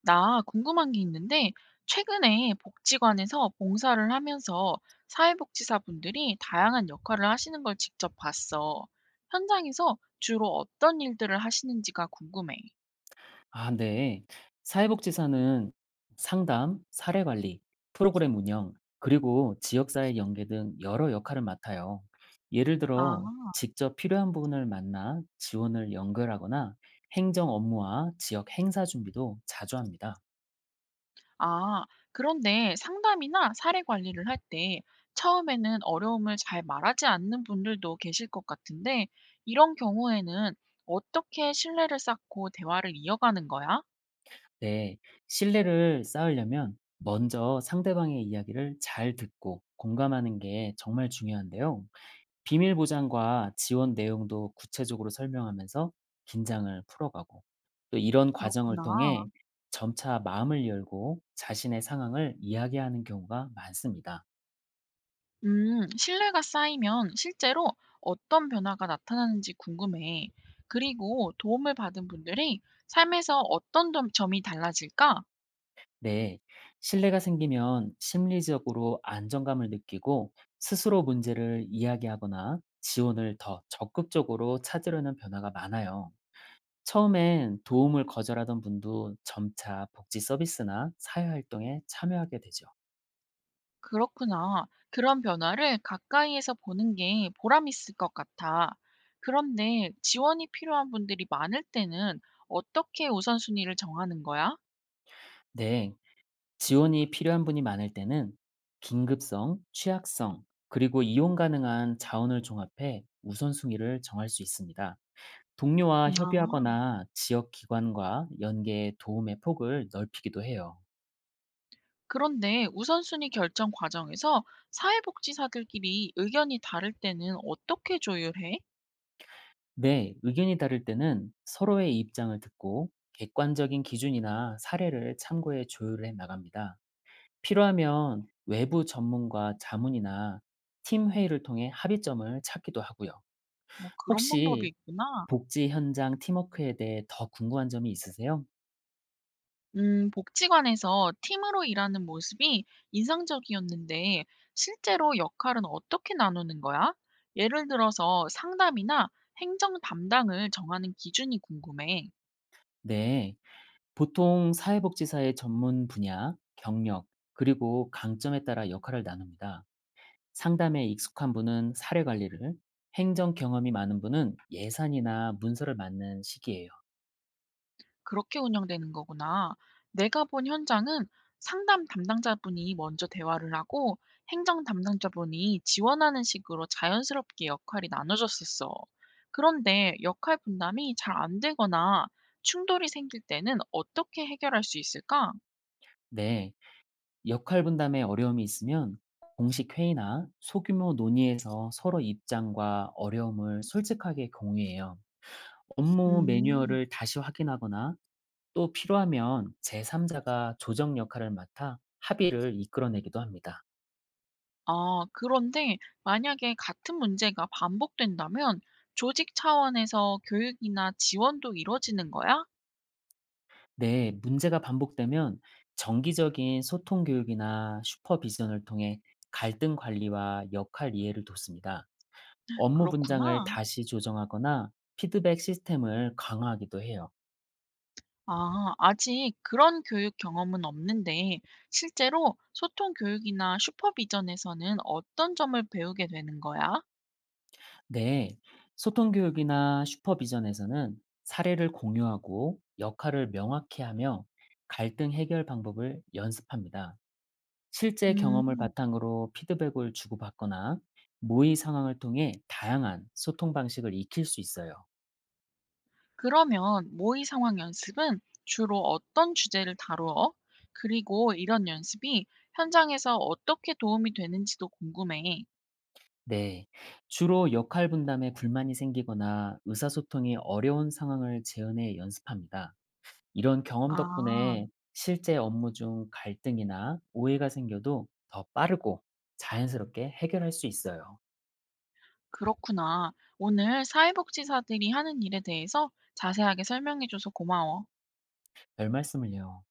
나 궁금한 게 있는데, 최근에 복지관에서 봉사를 하면서 사회복지사분들이 다양한 역할을 하시는 걸 직접 봤어. 현장에서 주로 어떤 일들을 하시는지가 궁금해. 아, 네. 사회복지사는 상담, 사례 관리, 프로그램 운영, 그리고 지역사회 연계 등 여러 역할을 맡아요. 예를 아, 들어, 직접 필요한 분을 만나 지원을 연결하거나 행정 업무와 지역 행사 준비도 자주 합니다. 아, 그런데 상담이나 사례 관리를 할 때 처음에는 어려움을 잘 말하지 않는 분들도 계실 것 같은데, 이런 경우에는 어떻게 신뢰를 쌓고 대화를 이어가는 거야? 네. 신뢰를 쌓으려면 먼저 상대방의 이야기를 잘 듣고 공감하는 게 정말 중요한데요. 비밀 보장과 지원 내용도 구체적으로 설명하면서 긴장을 풀어가고 또 이런 과정을 그렇구나. 통해 점차 마음을 열고 자신의 상황을 이야기하는 경우가 많습니다. 신뢰가 쌓이면 실제로 어떤 변화가 나타나는지 궁금해. 그리고 도움을 받은 분들이 삶에서 점이 달라질까? 네. 신뢰가 생기면 심리적으로 안정감을 느끼고 스스로 문제를 이야기하거나 지원을 더 적극적으로 찾으려는 변화가 많아요. 처음엔 도움을 거절하던 분도 점차 복지 서비스나 사회 활동에 참여하게 되죠. 그렇구나. 그런 변화를 가까이에서 보는 게 보람 있을 것 같아. 그런데 지원이 필요한 분들이 많을 때는 어떻게 우선순위를 정하는 거야? 네. 지원이 필요한 분이 많을 때는 긴급성, 취약성, 그리고 이용 가능한 자원을 종합해 우선순위를 정할 수 있습니다. 동료와 아. 협의하거나 지역 기관과 연계해 도움의 폭을 넓히기도 해요. 그런데 우선순위 결정 과정에서 사회복지사들끼리 의견이 다를 때는 어떻게 조율해? 네, 의견이 다를 때는 서로의 입장을 듣고 객관적인 기준이나 사례를 참고해 조율해 나갑니다. 필요하면 외부 전문가 자문이나 팀 회의를 통해 합의점을 찾기도 하고요. 뭐 그런 방법이 혹시 있구나. 복지 현장 팀워크에 대해 더 궁금한 점이 있으세요? 복지관에서 팀으로 일하는 모습이 인상적이었는데 실제로 역할은 어떻게 나누는 거야? 예를 들어서 상담이나 행정 담당을 정하는 기준이 궁금해. 네. 보통 사회복지사의 전문 분야, 경력, 그리고 강점에 따라 역할을 나눕니다. 상담에 익숙한 분은 사례 관리를, 행정 경험이 많은 분은 예산이나 문서를 맡는 시기예요. 그렇게 운영되는 거구나. 내가 본 현장은 상담 담당자분이 먼저 대화를 하고 행정 담당자분이 지원하는 식으로 자연스럽게 역할이 나눠졌었어. 그런데 역할 분담이 잘 안 되거나 충돌이 생길 때는 어떻게 해결할 수 있을까? 네. 역할 분담에 어려움이 있으면 공식 회의나 소규모 논의에서 서로 입장과 어려움을 솔직하게 공유해요. 업무 음, 매뉴얼을 다시 확인하거나 또 필요하면 제3자가 조정 역할을 맡아 합의를 이끌어내기도 합니다. 아, 그런데 만약에 같은 문제가 반복된다면 조직 차원에서 교육이나 지원도 이루어지는 거야? 네, 문제가 반복되면 정기적인 소통 교육이나 슈퍼비전을 통해 갈등 관리와 역할 이해를 돕습니다. 업무 분장을 그렇구나. 다시 조정하거나 피드백 시스템을 강화하기도 해요. 아, 아직 그런 교육 경험은 없는데, 실제로 소통 교육이나 슈퍼비전에서는 어떤 점을 배우게 되는 거야? 네, 소통 교육이나 슈퍼비전에서는 사례를 공유하고 역할을 명확히 하며 갈등 해결 방법을 연습합니다. 실제 음, 경험을 바탕으로 피드백을 주고받거나 모의 상황을 통해 다양한 소통 방식을 익힐 수 있어요. 그러면 모의 상황 연습은 주로 어떤 주제를 다루어? 그리고 이런 연습이 현장에서 어떻게 도움이 되는지도 궁금해. 네, 주로 역할 분담에 불만이 생기거나 의사소통이 어려운 상황을 재현해 연습합니다. 이런 경험 아, 덕분에 실제 업무 중 갈등이나 오해가 생겨도 더 빠르고 자연스럽게 해결할 수 있어요. 그렇구나. 오늘 사회복지사들이 하는 일에 대해서 자세하게 설명해줘서 고마워. 별 말씀을요.